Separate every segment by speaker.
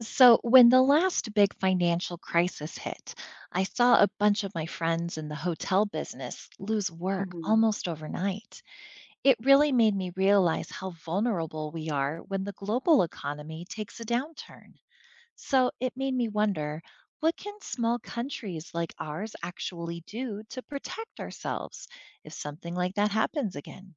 Speaker 1: So, when the last big financial crisis hit, I saw a bunch of my friends in the hotel business lose work
Speaker 2: Mhm.
Speaker 1: almost overnight. It really made me realize how vulnerable we are when the global economy takes a downturn. So, it made me wonder what can small countries like ours actually do to protect ourselves if something like that happens again?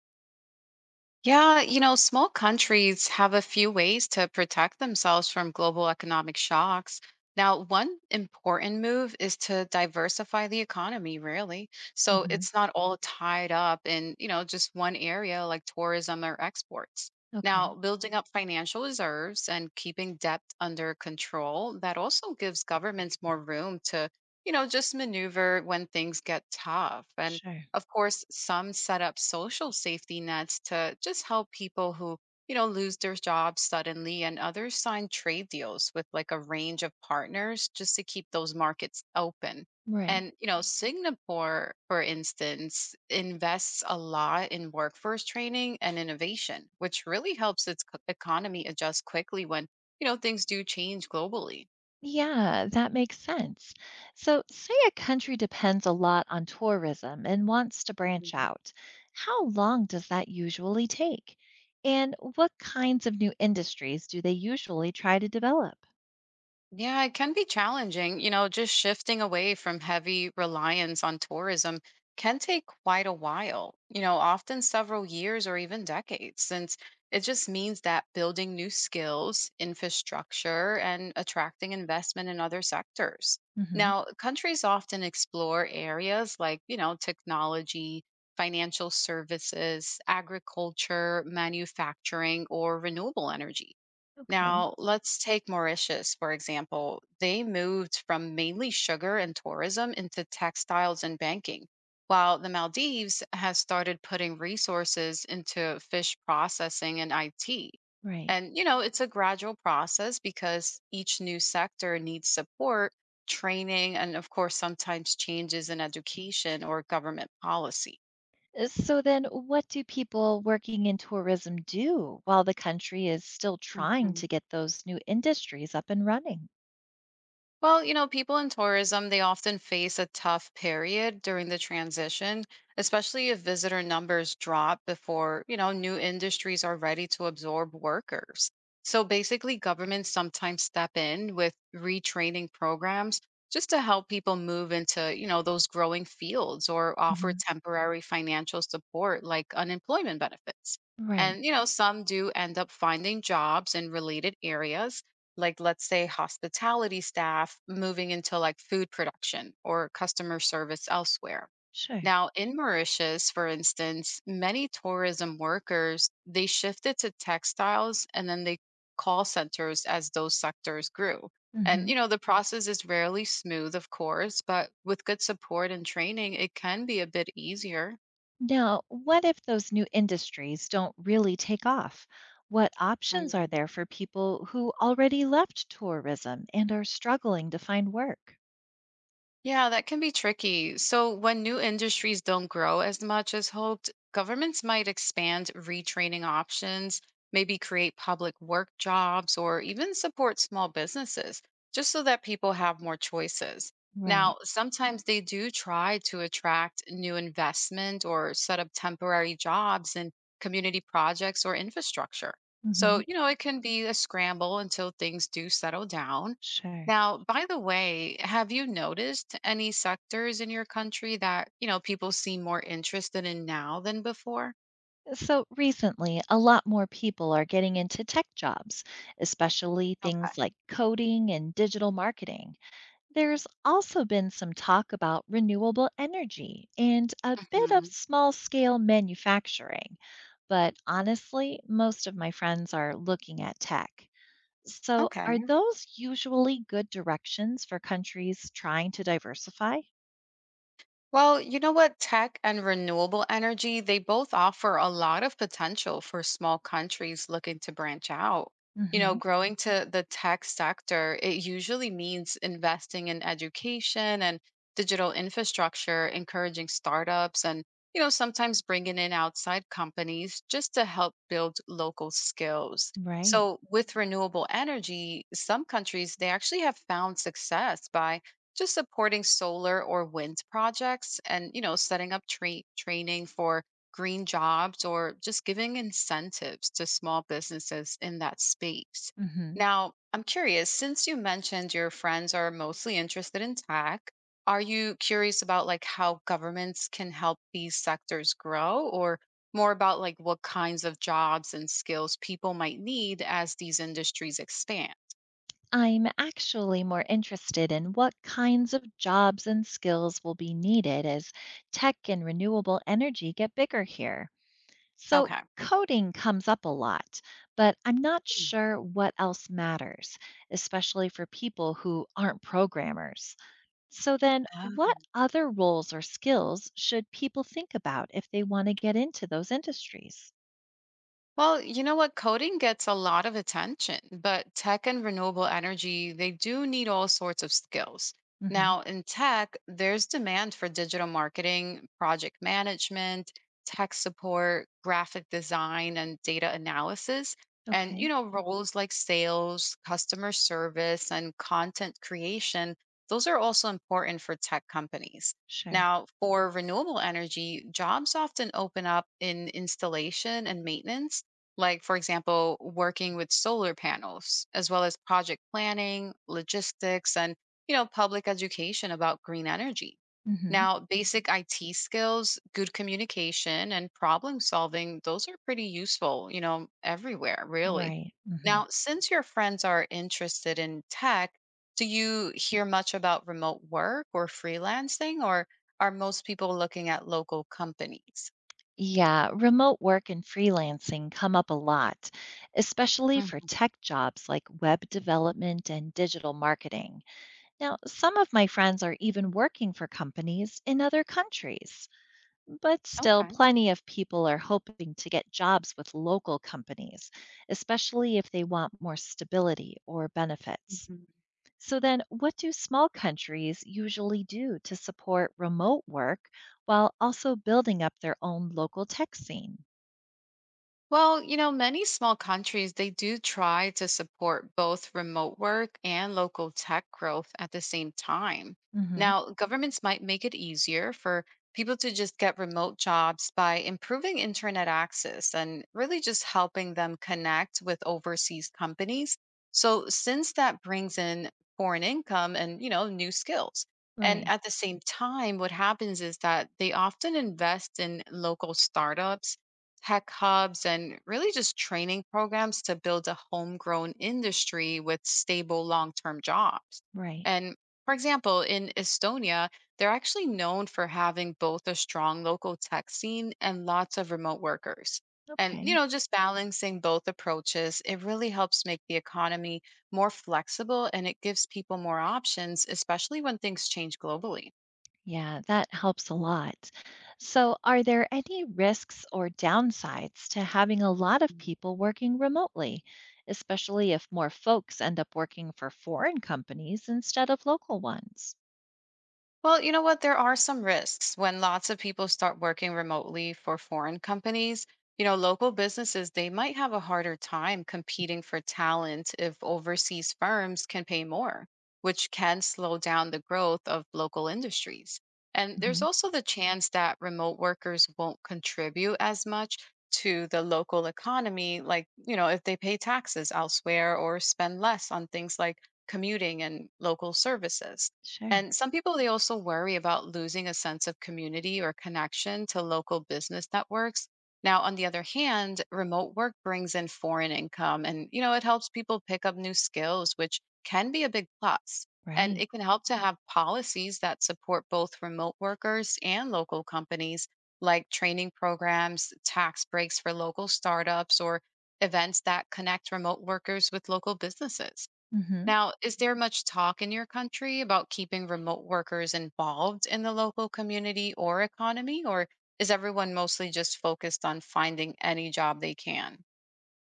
Speaker 2: Yeah, small countries have a few ways to protect themselves from global economic shocks. Now, one important move is to diversify the economy, really. So
Speaker 1: Hmm.
Speaker 2: it's not all tied up in, just one area like tourism or exports.
Speaker 1: Okay.
Speaker 2: Now, building up financial reserves and keeping debt under control, that also gives governments more room to, just maneuver when things get tough. And
Speaker 1: Sure.
Speaker 2: Of course, some set up social safety nets to just help people who, lose their jobs suddenly, and others sign trade deals with like a range of partners just to keep those markets open.
Speaker 1: Right.
Speaker 2: Singapore, for instance, invests a lot in workforce training and innovation, which really helps its economy adjust quickly when, things do change globally.
Speaker 1: Yeah, that makes sense. So, say a country depends a lot on tourism and wants to branch
Speaker 2: Mhm.
Speaker 1: out. How long does that usually take? And what kinds of new industries do they usually try to develop?
Speaker 2: Yeah, it can be challenging. Just shifting away from heavy reliance on tourism can take quite a while, often several years or even decades, since it just means that building new skills, infrastructure, and attracting investment in other sectors.
Speaker 1: Hmm.
Speaker 2: Now, countries often explore areas like, technology, financial services, agriculture, manufacturing, or renewable energy.
Speaker 1: Okay.
Speaker 2: Now, let's take Mauritius, for example. They moved from mainly sugar and tourism into textiles and banking, while the Maldives has started putting resources into fish processing and IT.
Speaker 1: Right.
Speaker 2: It's a gradual process because each new sector needs support, training, and of course, sometimes changes in education or government policy.
Speaker 1: So, then what do people working in tourism do while the country is still trying
Speaker 2: Mhm.
Speaker 1: to get those new industries up and running?
Speaker 2: Well, people in tourism, they often face a tough period during the transition, especially if visitor numbers drop before, new industries are ready to absorb workers. So basically, governments sometimes step in with retraining programs just to help people move into, those growing fields or offer
Speaker 1: Hmm.
Speaker 2: temporary financial support like unemployment benefits.
Speaker 1: Right.
Speaker 2: Some do end up finding jobs in related areas like let's say hospitality staff moving into like food production or customer service elsewhere.
Speaker 1: Sure.
Speaker 2: Now, in Mauritius, for instance, many tourism workers, they shifted to textiles and then they call centers as those sectors grew.
Speaker 1: Hmm.
Speaker 2: The process is rarely smooth, of course, but with good support and training, it can be a bit easier.
Speaker 1: Now, what if those new industries don't really take off? What options are
Speaker 2: Mm.
Speaker 1: there for people who already left tourism and are struggling to find work?
Speaker 2: Yeah, that can be tricky. So, when new industries don't grow as much as hoped, governments might expand retraining options, maybe create public work jobs, or even support small businesses just so that people have more choices. Now,
Speaker 1: Right.
Speaker 2: sometimes they do try to attract new investment or set up temporary jobs in community projects or infrastructure. So,
Speaker 1: Hmm.
Speaker 2: it can be a scramble until things do settle down.
Speaker 1: Sure.
Speaker 2: Now, by the way, have you noticed any sectors in your country that, people seem more interested in now than before?
Speaker 1: So, recently, a lot more people are getting into tech jobs, especially
Speaker 2: Okay.
Speaker 1: things like coding and digital marketing. There's also been some talk about renewable energy and a bit of
Speaker 2: Hmm.
Speaker 1: small scale manufacturing. But honestly, most of my friends are looking at tech. So, are
Speaker 2: Okay.
Speaker 1: those usually good directions for countries trying to diversify?
Speaker 2: Well, you know what? Tech and renewable energy, they both offer a lot of potential for small countries looking to branch out.
Speaker 1: Hmm.
Speaker 2: Growing to the tech sector, it usually means investing in education and digital infrastructure, encouraging startups, and, sometimes bringing in outside companies just to help build local skills.
Speaker 1: Right.
Speaker 2: So, with renewable energy, some countries, they actually have found success by just supporting solar or wind projects, and setting up training for green jobs or just giving incentives to small businesses in that space.
Speaker 1: Hmm.
Speaker 2: Now I'm curious, since you mentioned your friends are mostly interested in tech, are you curious about like how governments can help these sectors grow, or more about like what kinds of jobs and skills people might need as these industries expand?
Speaker 1: I'm actually more interested in what kinds of jobs and skills will be needed as tech and renewable energy get bigger here. So,
Speaker 2: Okay.
Speaker 1: coding comes up a lot, but I'm not sure what else matters, especially for people who aren't programmers. So, then what
Speaker 2: Mm.
Speaker 1: other roles or skills should people think about if they want to get into those industries?
Speaker 2: Well, you know what? Coding gets a lot of attention, but tech and renewable energy, they do need all sorts of skills.
Speaker 1: Hmm.
Speaker 2: Now, in tech, there's demand for digital marketing, project management, tech support, graphic design, and data analysis.
Speaker 1: Okay.
Speaker 2: Roles like sales, customer service, and content creation, those are also important for tech companies.
Speaker 1: Sure.
Speaker 2: Now, for renewable energy, jobs often open up in installation and maintenance, like for example, working with solar panels, as well as project planning, logistics, and public education about green energy.
Speaker 1: Hmm.
Speaker 2: Now, basic IT skills, good communication, and problem solving, those are pretty useful, everywhere, really.
Speaker 1: Right. Hmm.
Speaker 2: Now, since your friends are interested in tech, do you hear much about remote work or freelancing, or are most people looking at local companies?
Speaker 1: Yeah, remote work and freelancing come up a lot, especially for
Speaker 2: Mhm.
Speaker 1: tech jobs like web development and digital marketing. Now, some of my friends are even working for companies in other countries, but still,
Speaker 2: Okay.
Speaker 1: plenty of people are hoping to get jobs with local companies, especially if they want more stability or benefits. So, then what do small countries usually do to support remote work while also building up their own local tech scene?
Speaker 2: Well, many small countries, they do try to support both remote work and local tech growth at the same time.
Speaker 1: Hmm.
Speaker 2: Now, governments might make it easier for people to just get remote jobs by improving internet access and really just helping them connect with overseas companies. So, since that brings in foreign income and, new skills. And
Speaker 1: Right,
Speaker 2: at the same time, what happens is that they often invest in local startups, tech hubs, and really just training programs to build a homegrown industry with stable long term jobs.
Speaker 1: right.
Speaker 2: And for example, in Estonia, they're actually known for having both a strong local tech scene and lots of remote workers. And,
Speaker 1: Okay.
Speaker 2: just balancing both approaches, it really helps make the economy more flexible and it gives people more options, especially when things change globally.
Speaker 1: Yeah, that helps a lot. So, are there any risks or downsides to having a lot of people working remotely, especially if more folks end up working for foreign companies instead of local ones?
Speaker 2: Well, you know what? There are some risks when lots of people start working remotely for foreign companies. Local businesses, they might have a harder time competing for talent if overseas firms can pay more, which can slow down the growth of local industries. And there's
Speaker 1: Hmm.
Speaker 2: also the chance that remote workers won't contribute as much to the local economy, like, if they pay taxes elsewhere or spend less on things like commuting and local services.
Speaker 1: Sure.
Speaker 2: And some people, they also worry about losing a sense of community or connection to local business networks. Now, on the other hand, remote work brings in foreign income and, it helps people pick up new skills, which can be a big plus. And
Speaker 1: Right.
Speaker 2: it can help to have policies that support both remote workers and local companies, like training programs, tax breaks for local startups, or events that connect remote workers with local businesses.
Speaker 1: Hmm.
Speaker 2: Now, is there much talk in your country about keeping remote workers involved in the local community or economy, or is everyone mostly just focused on finding any job they can?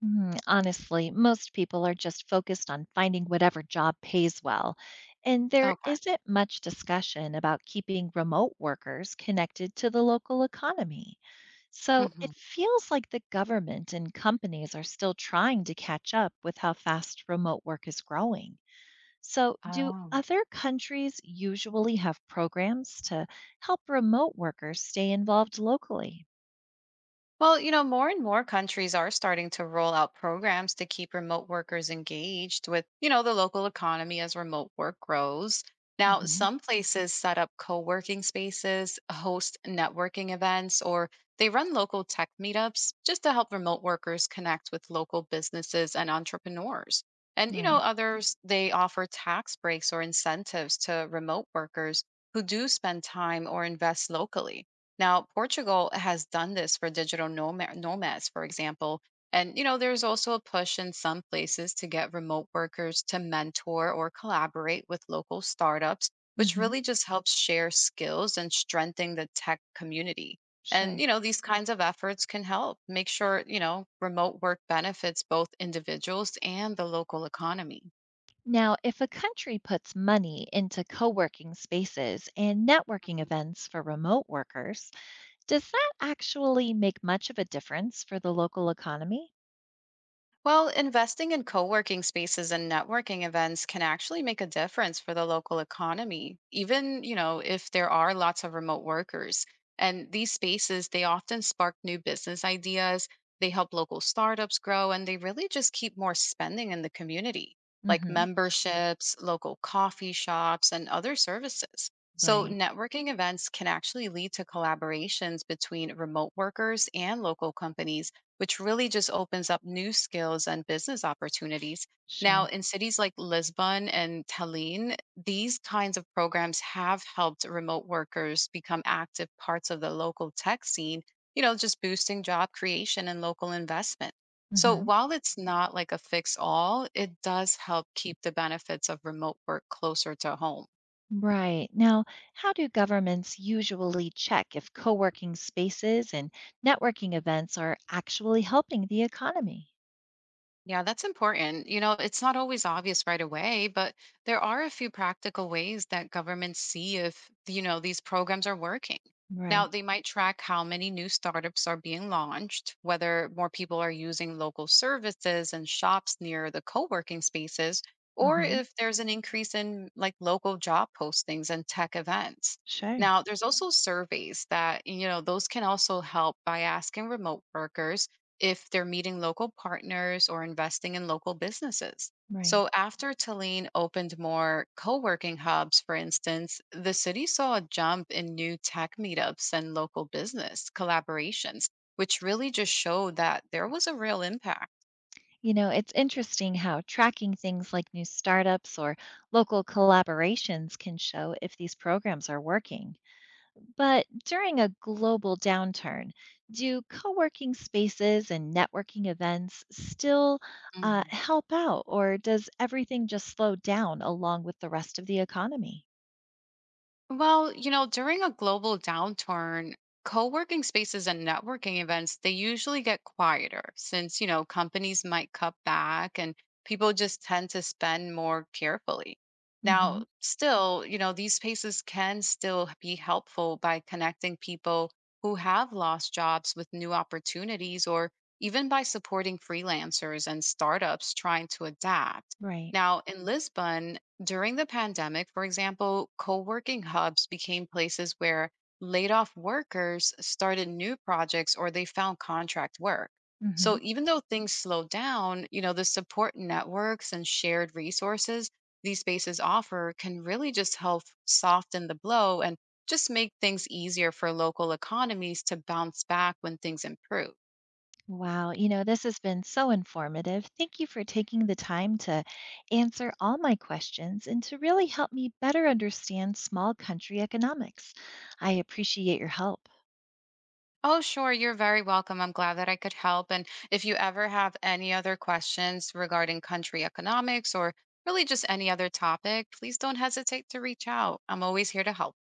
Speaker 1: Hmm. Honestly, most people are just focused on finding whatever job pays well, and there
Speaker 2: Okay.
Speaker 1: isn't much discussion about keeping remote workers connected to the local economy. So
Speaker 2: Hmm.
Speaker 1: it feels like the government and companies are still trying to catch up with how fast remote work is growing. So, do
Speaker 2: Oh.
Speaker 1: other countries usually have programs to help remote workers stay involved locally?
Speaker 2: Well, more and more countries are starting to roll out programs to keep remote workers engaged with, the local economy as remote work grows. Now,
Speaker 1: Hmm.
Speaker 2: some places set up co working spaces, host networking events, or they run local tech meetups just to help remote workers connect with local businesses and entrepreneurs. And,
Speaker 1: Right.
Speaker 2: others, they offer tax breaks or incentives to remote workers who do spend time or invest locally. Now, Portugal has done this for digital nomads, for example. And, there's also a push in some places to get remote workers to mentor or collaborate with local startups, which
Speaker 1: Hmm.
Speaker 2: really just helps share skills and strengthen the tech community. And,
Speaker 1: Sure.
Speaker 2: these kinds of efforts can help make sure, remote work benefits both individuals and the local economy.
Speaker 1: Now, if a country puts money into co working spaces and networking events for remote workers, does that actually make much of a difference for the local economy?
Speaker 2: Well, investing in co working spaces and networking events can actually make a difference for the local economy, even, if there are lots of remote workers. And these spaces, they often spark new business ideas, they help local startups grow, and they really just keep more spending in the community, like
Speaker 1: Hmm.
Speaker 2: memberships, local coffee shops, and other services. So,
Speaker 1: Right.
Speaker 2: networking events can actually lead to collaborations between remote workers and local companies, which really just opens up new skills and business opportunities. Now,
Speaker 1: Sure.
Speaker 2: in cities like Lisbon and Tallinn, these kinds of programs have helped remote workers become active parts of the local tech scene, just boosting job creation and local investment. So,
Speaker 1: Hmm.
Speaker 2: while it's not like a fix all, it does help keep the benefits of remote work closer to home.
Speaker 1: Right. Now, how do governments usually check if co working spaces and networking events are actually helping the economy?
Speaker 2: Yeah, that's important. It's not always obvious right away, but there are a few practical ways that governments see if, these programs are working. Now,
Speaker 1: Right.
Speaker 2: they might track how many new startups are being launched, whether more people are using local services and shops near the co working spaces, or
Speaker 1: Hmm.
Speaker 2: if there's an increase in like local job postings and tech events.
Speaker 1: Sure.
Speaker 2: Now, there's also surveys that, those can also help by asking remote workers if they're meeting local partners or investing in local businesses.
Speaker 1: Right.
Speaker 2: So, after Tallinn opened more co working hubs, for instance, the city saw a jump in new tech meetups and local business collaborations, which really just showed that there was a real impact.
Speaker 1: You know, it's interesting how tracking things like new startups or local collaborations can show if these programs are working. But during a global downturn, do co working spaces and networking events still
Speaker 2: Mhm.
Speaker 1: help out, or does everything just slow down along with the rest of the economy?
Speaker 2: Well, during a global downturn, co-working spaces and networking events, they usually get quieter since, companies might cut back and people just tend to spend more carefully. Now,
Speaker 1: Hmm.
Speaker 2: still, these spaces can still be helpful by connecting people who have lost jobs with new opportunities or even by supporting freelancers and startups trying to adapt.
Speaker 1: Right.
Speaker 2: Now, in Lisbon, during the pandemic, for example, co working hubs became places where laid off workers started new projects or they found contract work. So
Speaker 1: Hmm.
Speaker 2: even though things slowed down, the support networks and shared resources these spaces offer can really just help soften the blow and just make things easier for local economies to bounce back when things improve.
Speaker 1: Wow. You know, this has been so informative. Thank you for taking the time to answer all my questions and to really help me better understand small country economics. I appreciate your help.
Speaker 2: Oh, sure. You're very welcome. I'm glad that I could help. And if you ever have any other questions regarding country economics or really just any other topic, please don't hesitate to reach out. I'm always here to help.